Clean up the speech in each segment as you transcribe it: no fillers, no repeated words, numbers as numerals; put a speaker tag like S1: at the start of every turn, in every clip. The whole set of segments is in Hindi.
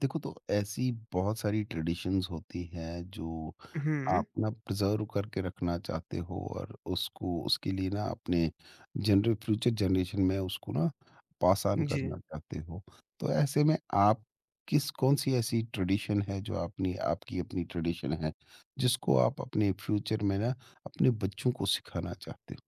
S1: देखो, तो ऐसी बहुत सारी ट्रेडिशंस होती हैं जो आप
S2: हुँ,
S1: ना प्रिजर्व करके रखना चाहते हो और उसको उसके लिए ना अपने जनरे फ्यूचर जनरेशन में उसको ना पास ऑन
S2: जी।
S1: करना चाहते हो। तो ऐसे में आप किस कौन सी ऐसी ट्रेडिशन है जो अपनी आपकी अपनी ट्रेडिशन है, जिसको आप अपने फ्यूचर में ना अपने बच्चों को सिखाना चाहते हो?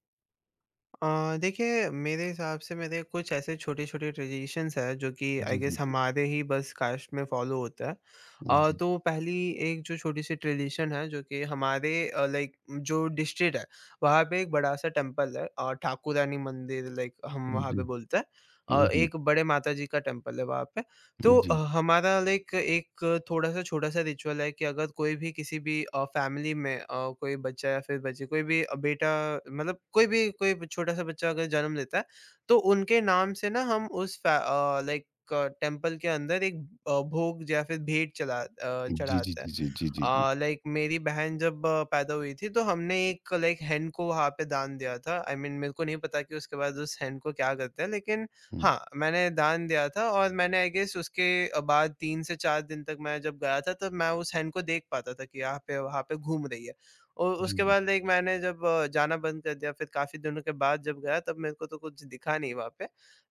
S2: देखिए मेरे हिसाब से मेरे कुछ ऐसे छोटे-छोटे ट्रेडिशंस हैं जो कि
S1: जी
S2: आई
S1: जी
S2: गेस
S1: जी
S2: हमारे ही बस कास्ट में फॉलो होता है।
S1: जी जी।
S2: तो पहली एक जो छोटी-सी ट्रेडिशन है जो कि हमारे लाइक जो डिस्ट्रिक्ट है वहाँ पे एक बड़ा-सा टेंपल है ठाकुरानी मंदिर लाइक हम वहाँ पे
S1: हम्म,
S2: बोलते हैं।
S1: हम्म। जी जी
S2: एक बड़े माताजी का टेंपल है वहाँ पे। तो हमारा लाइक एक थोड़ा-सा छोटा-सा रिचुअल है कि अगर कोई भी किसी भी फ़ैमिली में कोई बच्चा या फिर बच्ची कोई भी बेटा मतलब कोई भी कोई ब छोटा-सा बच्चा अगर जन्म लेता है, तो उनके नाम से ना हम उस लाइक टेम्पल के अंदर एक भोग या फिर भेंट
S1: जी जी
S2: चढ़ाते हैं।
S1: जी जी जी जी।
S2: लाइक मेरी बहन जब पैदा हुई थी, तो हमने एक लाइक हैंड को वहाँ पे दान दिया था। आई I मीन mean, मेरे को नहीं पता कि उसके बाद उस हैंड को क्या करते हैं, लेकिन
S1: हम्म,
S2: हाँ, मैंने दान दिया था और मैंने आई गेस उसके बाद 3 से 4 दिन तक मैं जब गया था तब मैं उस हैन को देख पाता था कि यहाँ पे वहाँ पे घूम रही है। और
S1: जी
S2: उसके
S1: जी
S2: बाद लाइक मैंने जब जाना बंद कर दिया फिर काफ़ी दिनों के बाद जब गया तब मेरे को तो कुछ दिखा नहीं वहाँ पे।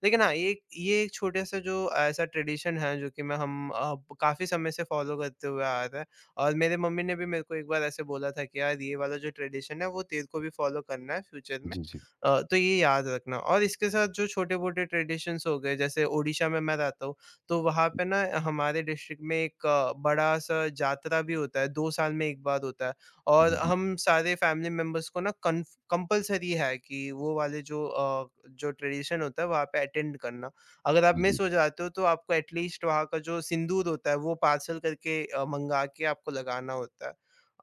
S2: लेकिन हाँ, ये एक छोटे-सा जो ऐसा ट्रेडिशन है जो कि मैं हम अ, काफ़ी समय से फ़ॉलो करते हुए आ रहे हैं और मेरे मम्मी ने भी मेरे को एक बार ऐसे बोला था कि यार ये वाला जो ट्रेडिशन है वो तेरे को भी फ़ॉलो करना है फ्यूचर में।
S1: जी जी
S2: तो ये याद रखना और इसके साथ जो छोटे-मोटे ट्रेडिशंस हो गए जैसे ओडिशा में मैं रहता हूँ, तो वहाँ पे ना हमारे डिस्ट्रिक्ट में एक बड़ा-सा जातरा भी होता है, 2 साल में 1 बार होता है और
S1: जी।
S2: हम सारे फैमिली मेंबर्स को ना कन्फ कंपल्सरी है कि वो वाले जो ट्रेडिशन होता है वहाँ पे अटेंड करना। अगर आप
S1: जी, जी।
S2: मिस हो जाते हो तो आपको एटलीस्ट वहाँ का जो सिंदूर होता है वो पार्सल करके मँगा के आपको लगाना होता है।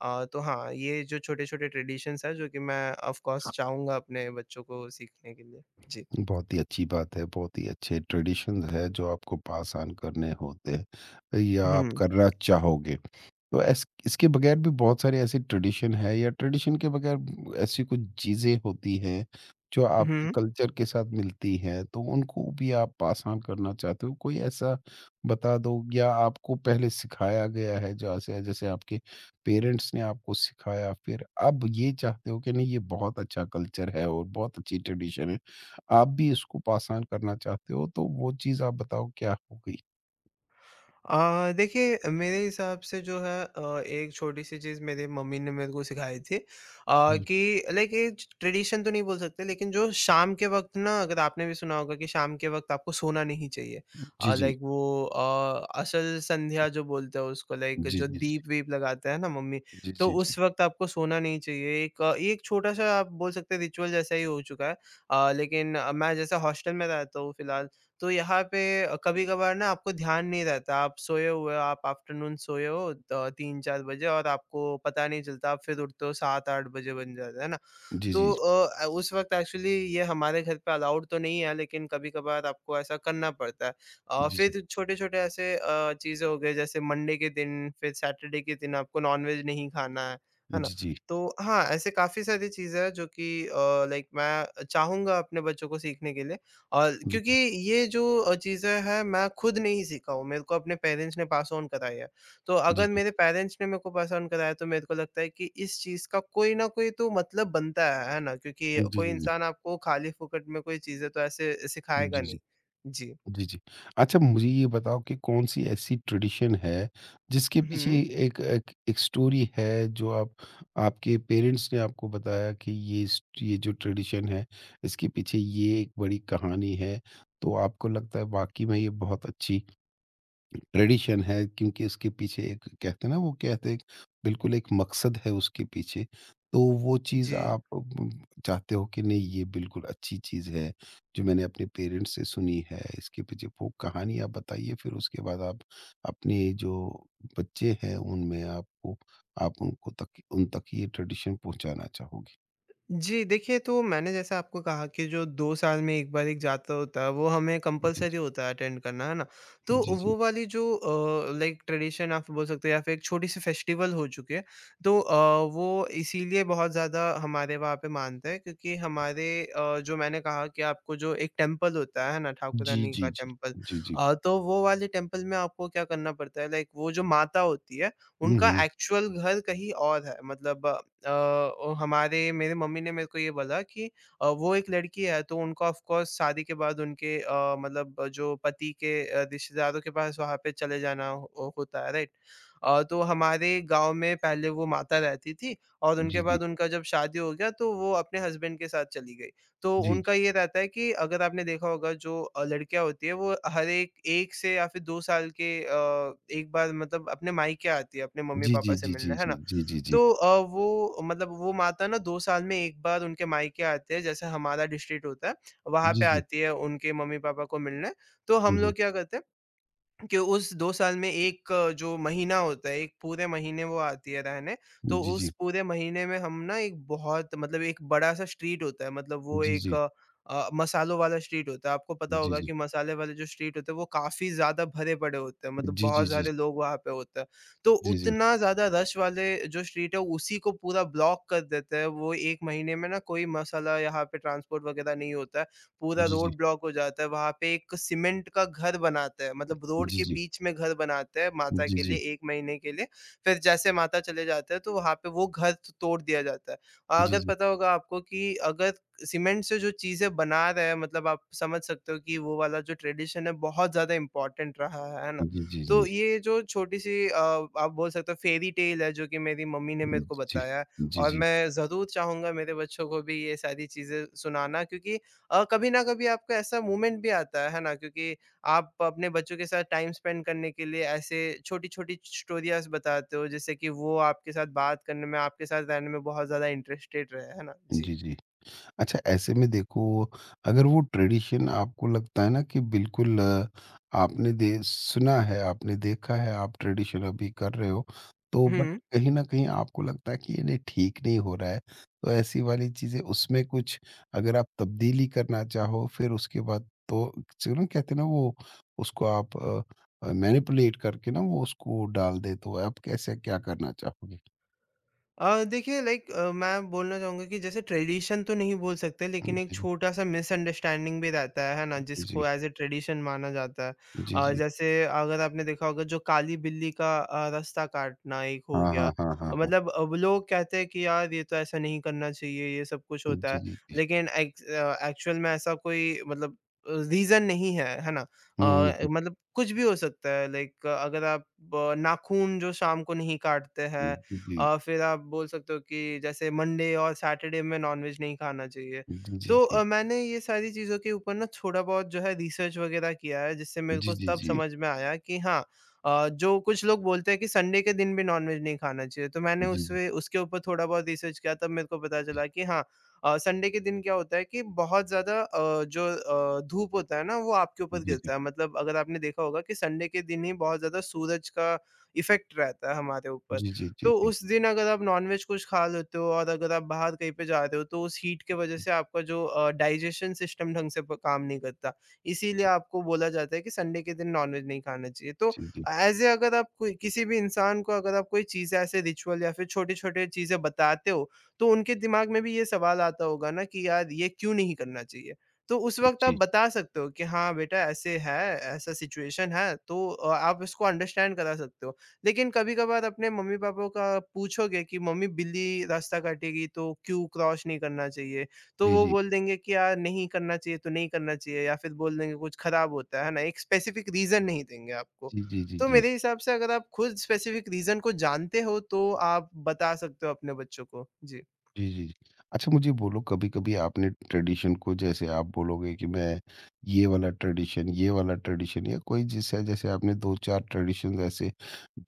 S2: तो हाँ, ये जो छोटे-छोटे ट्रेडिशंस हैं जो कि मैं ऑफ कोर्स चाहूँगा अपने बच्चों को सीखने के लिए। जी।
S1: बहुत ही अच्छी बात है, बहुत ही अच्छे ट्रेडिशंस है जो आपको पास ऑन करने होते हैं या आप
S2: हुँ,
S1: करना चाहोगे। तो ऐस इसके बगैर भी बहुत सारे ऐसे ट्रेडिशन है या ट्रेडिशन के बगैर ऐसी कुछ चीज़ें होती हैं, जो आपके
S2: हुँ।
S1: कल्चर के साथ मिलती हैं, तो उनको भी आप पास ऑन करना चाहते हो? कोई ऐसा बता दो। या आपको पहले सिखाया गया है जैसे जैसे आपके पेरेंट्स ने आपको सिखाया, फिर अब ये चाहते हो कि नहीं ये बहुत अच्छा कल्चर है और बहुत अच्छी ट्रेडिशन है, आप भी इसको पास ऑन करना चाहते हो, तो वो चीज़ आप बताओ क्या हो गई?
S2: देखिए मेरे हिसाब से जो है एक छोटी-सी चीज़ मेरी मम्मी ने मेरे को सिखाई थी
S1: जी।
S2: कि लाइक ये ट्रेडिशन तो नहीं बोल सकते लेकिन जो शाम के वक़्त ना अगर आपने भी सुना होगा कि शाम के वक़्त आपको सोना नहीं चाहिए।
S1: जी, जी।
S2: लाइक वो असल संध्या जो बोलते हैं उसको लाइक
S1: जी,
S2: जो
S1: जी, जी।
S2: दीप-वीप लगाते हैं ना मम्मी,
S1: जी,
S2: तो
S1: जी, जी।
S2: उस वक़्त आपको सोना नहीं चाहिए। ये एक छोटा-सा आप बोल सकते हैं रिचुअल जैसा ही हो चुका है। लेकिन मैं जैसे हॉस्टल में रहता हूँ फिलहाल तो यहाँ पे कभी-कभार ना आपको ध्यान नहीं रहता, आप सोए हुए हो, आप आफ्टरनून सोए हो 3-4 बजे और आपको पता नहीं चलता, आप फिर उठते हो 7-8 बजे बन जाता है ना?
S1: जी,
S2: तो
S1: जी।
S2: उस वक़्त एक्चुअली ये हमारे घर पे अलाउड तो नहीं है लेकिन कभी-कभार आपको ऐसा करना पड़ता है।
S1: जी, जी।
S2: फिर छोटे-छोटे ऐसे चीज़ें हो गई जैसे मंडे के दिन फिर सैटरडे के दिन आपको नॉनवेज नहीं खाना है ना?
S1: जी, जी।
S2: तो हाँ, ऐसे काफ़ी सारी चीज़ें हैं जो कि लाइक मैं चाहूँगा अपने बच्चों को सीखने के लिए और
S1: जी,
S2: क्योंकि
S1: जी।
S2: ये जो चीज़ें हैं मैं खुद नहीं सीखा हूँ, मेरे को अपने पेरेंट्स ने पास ऑन कराई है। तो
S1: जी,
S2: अगर
S1: जी।
S2: मेरे पेरेंट्स ने मेरे को पसंद कराया तो मेरे को लगता है कि इस चीज़ का कोई न कोई तो मतलब बनता है ना? क्योंकि
S1: जी, जी,
S2: कोई
S1: जी।
S2: इंसान आपको खाली-फुकट में कोई चीज़ें तो ऐसे
S1: जी,
S2: सिखाएगा
S1: जी।
S2: नहीं। जी।
S1: जी, जी। अच्छा, मुझे ये बताओ कि कौन-सी ऐसी ट्रेडिशन है, जिसके पीछे
S2: हुँ,
S1: एक एक एक स्टोरी है, जो आप आपके पेरेंट्स ने आपको बताया कि ये जो ट्रेडिशन है, इसके पीछे ये एक बड़ी कहानी है, तो आपको लगता है वाक़ई में ये बहुत अच्छी ट्रेडिशन है क्योंकि इसके पीछे एक कहते हैं ना, वो कहते हैं बिल्कुल एक मकसद है उसके पीछे। तो वो चीज़
S2: जी।
S1: आप चाहते हो कि नहीं ये बिल्कुल अच्छी चीज़ है, जो मैंने अपने पेरेंट्स से सुनी है, इसके पीछे वो कहानी आप बताइए। फिर उसके बाद आप अपने जो बच्चे हैं उनमें आपको, आप उनको तक उन तक ये ट्रेडिशन पहुंचाना चाहोगे?
S2: जी, देखिए तो मैंने जैसे आपको कहा कि जो 2 साल में 1 बार एक जाता होता है, वो हमें
S1: जी
S2: कंपल्सरी होता है अटेंड करना, है ना?
S1: जी
S2: तो
S1: जी
S2: वो वाली जो लाइक ट्रेडिशन आप बोल सकते हो या फिर एक छोटी-सी फेस्टिवल हो चुकी है। तो वो इसीलिए बहुत ज़्यादा हमारे वहाँ पे मानते हैं क्योंकि हमारे जो मैंने कहा कि आपको जो एक टेम्पल होता है ना? ठाकुर
S1: जी
S2: रानी
S1: जी
S2: का
S1: जी जी
S2: टेम्पल।
S1: जी जी।
S2: तो वो वाले टेम्पल में आपको क्या करना पड़ता है लाइक वो जो माता होती है, उनका
S1: हम्म।
S2: एक्चुअल घर कहीं और है। मतलब अ, ओ हमारे मेरे मम्मी ने मेरे को ये बोला कि वो एक लड़की है तो उनको ऑफ कोर्स शादी के बाद उनके मतलब जो पति के रिश्तेदारों के पास वहाँ पे चले जाना हो, होता है राइट तो हमारे गांव में पहले वो माता रहती थी और
S1: जी
S2: उनके
S1: जी
S2: बाद उनका जब शादी हो गया तो वो अपने हस्बैंड के साथ चली गई तो
S1: जी
S2: उनका ये रहता है कि अगर आपने देखा होगा जो लड़कियां होती है वो हर एक एक से या फिर दो साल के एक बार मतलब अपने मायके आती है अपने मम्मी
S1: जी जी
S2: पापा से
S1: जी जी
S2: मिलने है
S1: जी
S2: ना
S1: जी जी जी जी
S2: तो वो मतलब वो माता ना 2 साल में 1 बार उनके मायके आते हैं, जैसे हमारा डिस्ट्रिक्ट होता है, वहाँ
S1: जी
S2: पे
S1: जी।
S2: आती है उनके मम्मी-पापा को मिलने। तो
S1: हम्म,
S2: हम
S1: हम्म।
S2: लोग क्या करते हैं कि उस 2 साल में एक जो महीना होता है, एक पूरे महीने वो आती है रहने, तो
S1: जी,
S2: उस
S1: जी।
S2: पूरे महीने में हम ना एक बहुत मतलब एक बड़ा-सा स्ट्रीट होता है, मतलब वो
S1: जी,
S2: एक
S1: जी।
S2: मसालों वाला स्ट्रीट होता है। आपको पता
S1: जी,
S2: होगा
S1: जी।
S2: कि मसाले वाले जो स्ट्रीट होते हैं, वो काफ़ी ज़्यादा भरे पड़े होते हैं, मतलब
S1: जी, जी,
S2: बहुत
S1: जी।
S2: सारे लोग वहाँ पे होते हैं। तो
S1: जी, जी।
S2: उतना ज़्यादा रश वाले जो स्ट्रीट है, उसी को पूरा ब्लॉक कर देते हैं। वो 1 महीने में ना कोई मसाला यहाँ पे ट्रांसपोर्ट वगैरह नहीं होता है। पूरा
S1: जी, जी।
S2: रोड ब्लॉक हो जाता है, वहाँ पे एक सीमेंट का घर बनाते हैं, मतलब रोड के बीच में घर बनाते हैं माता
S1: जी,
S2: के लिए
S1: जी।
S2: 1 महीने के लिए, फिर जैसे माता चले जाते हैं तो वहाँ पे वो घर त तोड़ दिया जाता है।
S1: जी,
S2: अगर
S1: जी।
S2: पता होगा आपको कि अगर सीमेंट से जो चीज़ें बना रहे हैं मतलब आप समझ सकते हो कि वो वाला जो ट्रेडिशन है बहुत ज़्यादा इम्पोर्टेंट रहा है ना?
S1: जी, जी। जी, जी,
S2: तो
S1: जी।
S2: ये जो छोटी-सी आप बोल सकते हो फेयरी टेल है जो कि मेरी मम्मी ने मेरे को बताया है।
S1: जी, जी।
S2: और
S1: जी, जी।
S2: मैं ज़रूर चाहूँगा मेरे बच्चों को भी ये सारी चीज़ें सुनाना क्योंकि कभी ना कभी आपका ऐसा मोमेंट भी आता है ना? क्योंकि आप अपने बच्चों के साथ टाइम स्पेंड करने के लिए ऐसे छोटी-छोटी स्टोरीज़ बताते हो, जिससे कि वो आपके साथ बात करने में, आपके साथ रहने में बहुत ज़्यादा इंटरेस्टेड रहे, है ना?
S1: जी,
S2: जी।
S1: जी। जी जी। अच्छा, ऐसे में देखो, अगर वो ट्रेडिशन आपको लगता है ना कि बिल्कुल आपने दे सुना है, आपने देखा है, आप ट्रेडिशन अभी कर रहे हो, तो बट
S2: हुँ।
S1: कहीं ना कहीं आपको लगता है कि ये नहीं ठीक नहीं हो रहा है, तो ऐसी वाली चीजें उसमें कुछ अगर आप तब्दीली करना चाहो, फिर उसके बाद तो चलो कहते हैं ना वो, उसको आप मैनिपुलेट करके ना वो उसको डाल दे, तो आप कैसे क्या करना चाहोगे?
S2: देखिए लाइक मैं बोलना चाहूँगा कि जैसे ट्रेडिशन तो नहीं बोल सकते लेकिन एक
S1: जी
S2: छोटा-सा मिसअंडरस्टैंडिंग भी रहता है ना?
S1: जी जी
S2: जिसको एज़ अ ट्रेडिशन माना जाता है।
S1: जी जी।
S2: जैसे अगर आपने देखा होगा जो काली बिल्ली का रास्ता काटना एक हो
S1: हाँ
S2: गया।
S1: हाँ हाँ हाँ हाँ।
S2: मतलब वो लोग कहते हैं कि यार ये तो ऐसा नहीं करना चाहिए, ये सब कुछ होता
S1: जी
S2: है।
S1: जी जी।
S2: लेकिन एक्चुअल में ऐसा कोई मतलब रीज़न नहीं है, है ना?
S1: हुँ, हुँ, हुँ,
S2: मतलब कुछ भी हो सकता है लाइक अगर आप नाखून जो शाम को नहीं काटते
S1: हुँ।
S2: हैं
S1: जी, जी।
S2: फिर आप बोल सकते हो कि जैसे मंडे और सैटरडे में नॉनवेज नहीं खाना चाहिए।
S1: जी, जी,
S2: तो
S1: जी।
S2: मैंने ये सारी चीज़ों के ऊपर ना थोड़ा-बहुत जो है रिसर्च वग़ैरह किया है, जिससे मेरे
S1: जी,
S2: को
S1: जी,
S2: तब
S1: जी।
S2: समझ में आया कि हाँ जो कुछ लोग बोलते हैं कि संडे के दिन भी नॉनवेज नहीं खाना चाहिए, तो मैंने
S1: जी, जी,
S2: उसमें उसके ऊपर थोड़ा-बहुत रिसर्च किया, तब मेरे को पता
S1: जी।
S2: चला कि हाँ संडे के दिन क्या होता है कि बहुत ज़्यादा जो धूप होता है ना, वो आपके ऊपर
S1: जी, जी।
S2: गिरता है। मतलब अगर आपने देखा होगा कि संडे के दिन ही बहुत ज़्यादा सूरज का इफ़ेक्ट रहता है हमारे ऊपर।
S1: जी, जी, जी,
S2: तो
S1: जी।
S2: उस दिन अगर आप नॉनवेज कुछ खा लेते हो और अगर आप बाहर कहीं पे जा रहे हो तो उस हीट के वजह से आपका जो डाइजेशन सिस्टम ढंग से काम नहीं करता इसीलिए आपको बोला जाता है कि संडे के दिन नॉनवेज नहीं खाना चाहिए तो
S1: जी, जी, जी।
S2: एज ए अगर आप कोई किसी भी इंसान को अगर आप कोई चीज़ ऐसे रिचुअल या फिर छोटे छोटे चीज़ें बताते हो तो उनके दिमाग में भी ये सवाल आता होगा ना कि यार ये क्यों नहीं करना चाहिए तो उस वक्त आप
S1: जी।
S2: बता सकते हो कि हाँ बेटा ऐसे है ऐसा सिचुएशन है तो आप इसको अंडरस्टैंड करा सकते हो लेकिन कभी-कभार अपने मम्मी-पापा का पूछोगे कि मम्मी बिल्ली रास्ता काटेगी तो क्यों क्रॉस नहीं करना चाहिए? तो
S1: जी,
S2: वो
S1: जी।
S2: बोल देंगे कि यार नहीं करना चाहिए तो नहीं करना चाहिए या फिर बोल देंगे कुछ खराब होता है ना? एक स्पेसिफिक रीज़न नहीं देंगे आपको।
S1: जी, जी, जी,
S2: तो
S1: जी।
S2: मेरे हिसाब से अगर आप खुद स्पेसिफिक रीज़न को जानते हो तो आप बता सकते हो अपने बच्चों को। जी।
S1: जी, जी, जी। अच्छा, मुझे बोलो, कभी-कभी आपने ट्रेडिशन को जैसे आप बोलोगे कि मैं ये वाला ट्रेडिशन, ये वाला ट्रेडिशन, या कोई जैसे जैसे आपने 2-4 ट्रेडिशंस ऐसे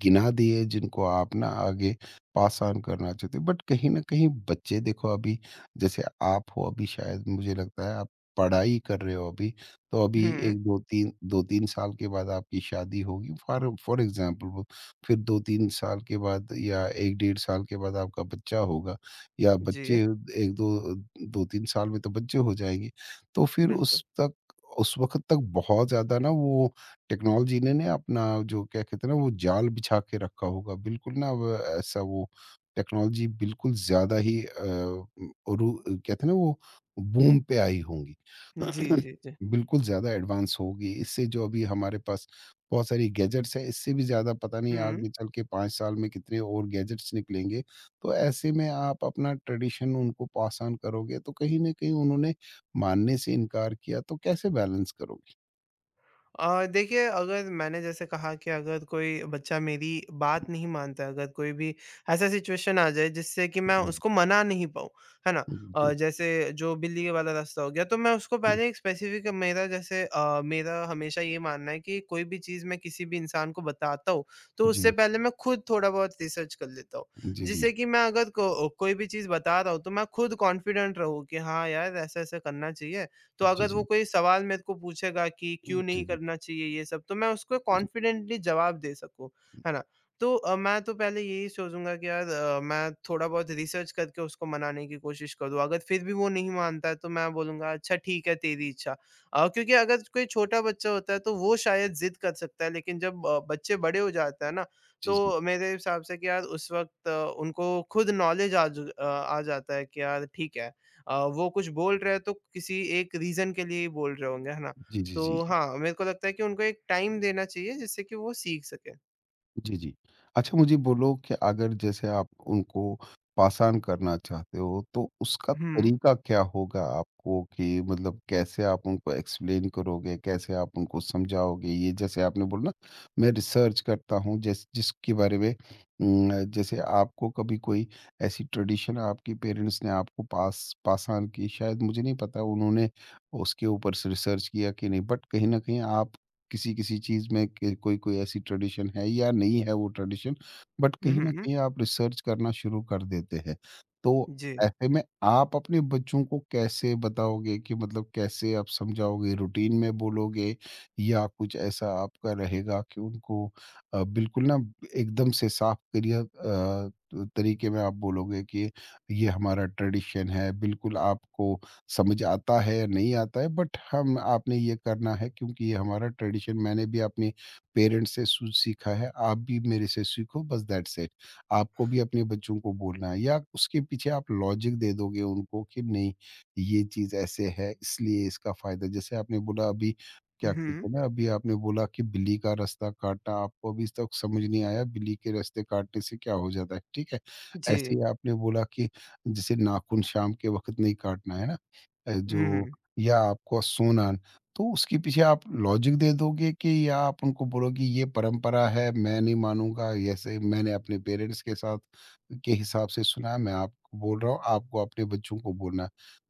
S1: गिना दिए जिनको आप ना आगे पास ऑन करना चाहते हो। बट कहीं न कहीं बच्चे, देखो अभी जैसे आप हो, अभी शायद मुझे लगता है आप पढ़ाई कर रहे हो अभी, तो अभी
S2: हुँ,
S1: 1-2-3 2-3 साल के बाद आपकी शादी होगी, फॉर फॉर एग्ज़ाम्पल। वो फिर 2-3 साल के बाद या 1 डेढ़ साल के बाद आपका बच्चा होगा। या
S2: जी,
S1: बच्चे, 1-2 2-3 साल में तो बच्चे हो जाएँगे। तो फिर
S2: बिल्कुल।
S1: उस वक़्त तक बहुत ज़्यादा ना वो टेक्नोलॉजी ने ना अपना, जो क्या कहते हैं ना, वो जाल बिछा के रखा होगा। बिल्कुल ना व ऐसा वो टेक्नोलॉजी बिल्कुल ज़्यादा ही अ, रु कहते हैं ना, वो बूम पे आई होंगी।
S2: जी, जी, जी।
S1: बिल्कुल ज़्यादा एडवांस होगी। इससे जो अभी हमारे पास बहुत सारी गैजेट्स हैं, इससे भी ज़्यादा पता नहीं
S2: हुँ।
S1: आगे चल के 5 साल में कितने और गैजेट्स निकलेंगे। तो ऐसे में आप अपना ट्रेडिशन उनको पास ऑन करोगे, तो कहीं ना कहीं उन्होंने मानने से इनकार किया तो कैसे बैलेंस करोगे?
S2: देखिए अगर मैंने जैसे कहा कि अगर कोई बच्चा मेरी बात नहीं मानता है, अगर कोई भी ऐसा सिचुएशन आ जाए जिससे कि मैं
S1: हम्म,
S2: उसको मना नहीं पाऊँ, है ना?
S1: जी
S2: जैसे जो बिल्ली के वाला रास्ता हो गया तो मैं उसको
S1: जी
S2: पहले एक स्पेसिफिक मेरा जैसे मेरा हमेशा ये मानना है कि कोई भी चीज़ मैं किसी भी इंसान को बताता हूँ, तो उससे
S1: जी
S2: पहले मैं खुद थोड़ा बहुत रिसर्च कर लेता हूँ।
S1: जी जी
S2: जिससे कि मैं अगर को कोई भी चीज़ बता रहा हूँ तो मैं खुद कॉन्फिडेंट रहूँ कि हाँ यार ऐसा-ऐसा करना चाहिए। तो
S1: जी
S2: अगर वो
S1: जी
S2: कोई सवाल मेरे को पूछेगा कि
S1: जी
S2: क्यों
S1: जी
S2: नहीं
S1: जी
S2: करना चाहिए ये सब तो मैं उसको
S1: जी
S2: कॉन्फिडेंटली जवाब दे सकूँ, है ना? तो मैं तो पहले यही सोचूँगा कि यार मैं थोड़ा बहुत रिसर्च करके उसको मनाने की कोशिश करूँ। अगर फिर भी वो नहीं मानता है तो मैं बोलूँगा अच्छा ठीक है तेरी इच्छा। क्योंकि अगर कोई छोटा बच्चा होता है तो वो शायद ज़िद कर सकता है लेकिन जब बच्चे बड़े हो जाते हैं ना
S1: जी जी
S2: तो मेरे हिसाब से कि यार उस वक़्त उनको खुद नॉलेज आ जाता है कि यार ठीक है वो कुछ बोल रहे हैं तो किसी एक रीज़न के लिए ही बोल रहे होंगे, है ना?
S1: जी जी जी
S2: तो
S1: जी।
S2: हाँ, मेरे को लगता है कि उनको एक टाइम देना चाहिए जिससे कि वो सीख सकें।
S1: जी, जी। अच्छा, मुझे बोलो कि अगर जैसे आप उनको पास-ऑन करना चाहते हो, तो उसका
S2: हुँ,
S1: तरीका क्या होगा आपको? कि मतलब कैसे आप उनको एक्सप्लेन करोगे? कैसे आप उनको समझाओगे? ये जैसे आपने बोला ना, मैं रिसर्च करता हूँ जिसके बारे में जैसे आपको कभी कोई ऐसी ट्रेडिशन आपके पेरेंट्स ने आपको पास-ऑन की, शायद मुझे नहीं पता उन्होंने उसके ऊपर से रिसर्च किया कि नहीं, बट कहीं न कहीं आप किसी-किसी चीज़ में के कोई कोई ऐसी ट्रेडिशन है या नहीं है वो ट्रेडिशन, बट
S2: हुँ,
S1: कहीं
S2: हुँ,
S1: न
S2: हुँ।
S1: कहीं आप रिसर्च करना शुरू कर देते हैं। तो
S2: जी।
S1: ऐसे में आप अपने बच्चों को कैसे बताओगे कि मतलब कैसे आप समझाओगे? रूटीन में बोलोगे या कुछ ऐसा आपका रहेगा कि उनको बिल्कुल ना एकदम से साफ क्लियर तरीके में आप बोलोगे कि ये हमारा ट्रेडिशन है, बिल्कुल आपको समझ आता है या नहीं आता है, बट हम आपने ये करना है क्योंकि ये हमारा ट्रेडिशन, मैंने भी अपने पेरेंट्स से सीखा है, आप भी मेरे से सीखो, बस दैट्स इट। आपको भी अपने बच्चों को बोलना है। या उसके पीछे आप लॉजिक दे दोगे उनको कि नहीं ये चीज़ ऐसे है इसलिए इसका फ़ायदा, जैसे आपने बोला अभी, क्या
S2: हुँ,
S1: कहते हैं ना, अभी आपने बोला कि बिल्ली का रास्ता काटना आपको अभी तक समझ नहीं आया बिल्ली के रास्ते काटने से क्या हो जाता है, ठीक है। ऐसे
S2: जी।
S1: ही आपने बोला कि जैसे नाखून शाम के वक्त नहीं काटना है ना, अ, जो
S2: हुँ।
S1: या आपको सोना, तो उसके पीछे आप लॉजिक दे दोगे, कि या आप उनको बोलोगे ये परंपरा है, मैं नहीं मानूंगा, ऐसे मैंने अपने पेरेंट्स के साथ के हिसाब से सुना है, मैं आपको बोल रहा हूँ, आपको अपने बच्चों को बोलना है।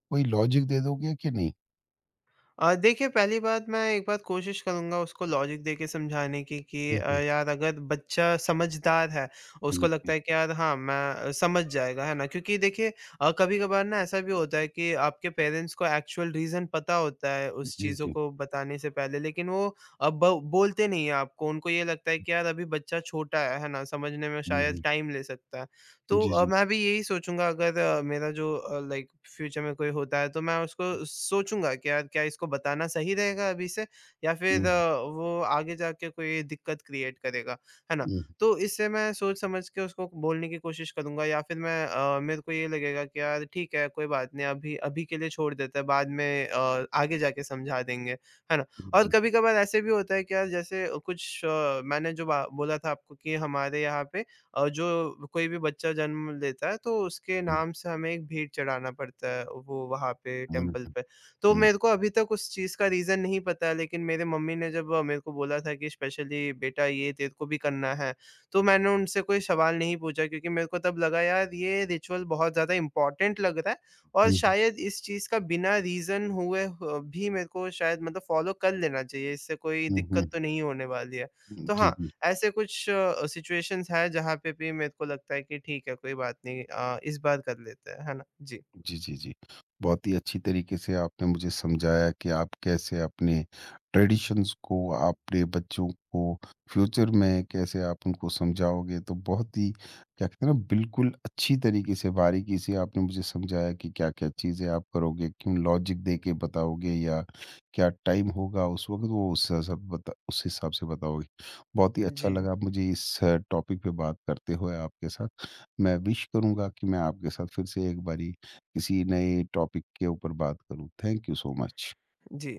S1: कोई लॉजिक दे दोगे कि नहीं?
S2: देखिए पहली बात मैं एक बार कोशिश करूँगा उसको लॉजिक देके समझाने की कि
S1: हुँ, हुँ,
S2: यार अगर बच्चा समझदार है,
S1: हुँ,
S2: उसको
S1: जी,
S2: लगता है कि यार हाँ, मैं समझ जाएगा, है ना? क्योंकि देखिए कभी-कभार ना ऐसा भी होता है कि आपके पेरेंट्स को एक्चुअल रीज़न पता होता है उस
S1: जी,
S2: चीज़ों
S1: जी।
S2: को बताने से पहले लेकिन वो अ, ब बोलते नहीं हैं आपको। उनको ये लगता है कि यार अभी बच्चा छोटा है ना? समझने में
S1: हुँ,
S2: शायद
S1: हुँ।
S2: टाइम ले सकता है। तो
S1: जी, जी।
S2: मैं भी यही सोचूँगा अगर मेरा जो लाइक फ्यूचर में कोई होता है तो मैं उसको
S1: हुँ,
S2: सोचूँगा कि यार क्या इसको बताना सही रहेगा अभी से या
S1: हुँ,
S2: फिर वो आगे जाके कोई दिक्कत क्रिएट करेगा, है ना? तो इससे मैं सोच समझ के उसको बोलने की कोशिश करूँगा या फिर मैं मेरे को ये लगेगा कि यार ठीक है कोई बात नहीं अभी अभी के लिए छोड़ देते हैं बाद में आगे जाके समझा देंगे, है ना?
S1: हुँ,
S2: और
S1: जी,
S2: कभी-कभार ऐसे भी होता है कि यार जैसे कुछ मैंने जो बा बोला था आपको कि हमारे यहाँ पे जो कोई भी बच्चा जन्म लेता है तो उसके
S1: हुँ,
S2: नाम से हमें एक भेंट चढ़ाना पड़ता है वो वहाँ पे
S1: हुँ,
S2: टेम्पल
S1: हुँ,
S2: पे। तो
S1: हुँ,
S2: मेरे को अभी तक उस चीज़ का रीज़न नहीं पता है लेकिन मेरे मम्मी ने जब मेरे को बोला था कि स्पेशली बेटा ये तेरे को भी करना है, तो मैंने उनसे कोई सवाल नहीं पूछा क्योंकि मेरे को तब लगा यार ये रिचुअल बहुत ज़्यादा इम्पोर्टेंट लग रहा है और
S1: हुँ,
S2: शायद इस चीज़ का बिना रीज़न हुए ह भी मेरे को शायद मतलब फ़ॉलो कर लेना चाहिए, इससे कोई
S1: हुँ, हुँ,
S2: दिक्कत तो नहीं होने वाली है। तो
S1: जी,
S2: हाँ,
S1: जी।
S2: ऐसे कुछ सिचुएशंस हैं जहाँ पे भी मेरे को लगता है कि ठीक है कोई बात नहीं इस बार कर लेते हैं, है ना? जी।
S1: जी, जी, जी। बहुत ही अच्छी तरीके से आपने मुझे समझाया कि आप कैसे अपने ट्रेडिशंस को अपने बच्चों को फ्यूचर में कैसे आप उनको समझाओगे। तो बहुत ही क्या कहते हैं ना, बिल्कुल अच्छी तरीके से बारीकी से आपने मुझे समझाया कि क्या-क्या चीज़ें आप करोगे, क्यों लॉजिक दे के बताओगे, या क्या टाइम होगा उस वक़्त, वो उस हिसाब से बताओगे। बहुत ही अच्छा
S2: जी,
S1: लगा मुझे इस टॉपिक पे बात करते हुए आपके साथ। मैं विश करूँगा कि मैं आपके साथ फिर से एक बारी किसी नए टॉपिक के ऊपर बात करूँ। Thank you so much.
S2: Ji.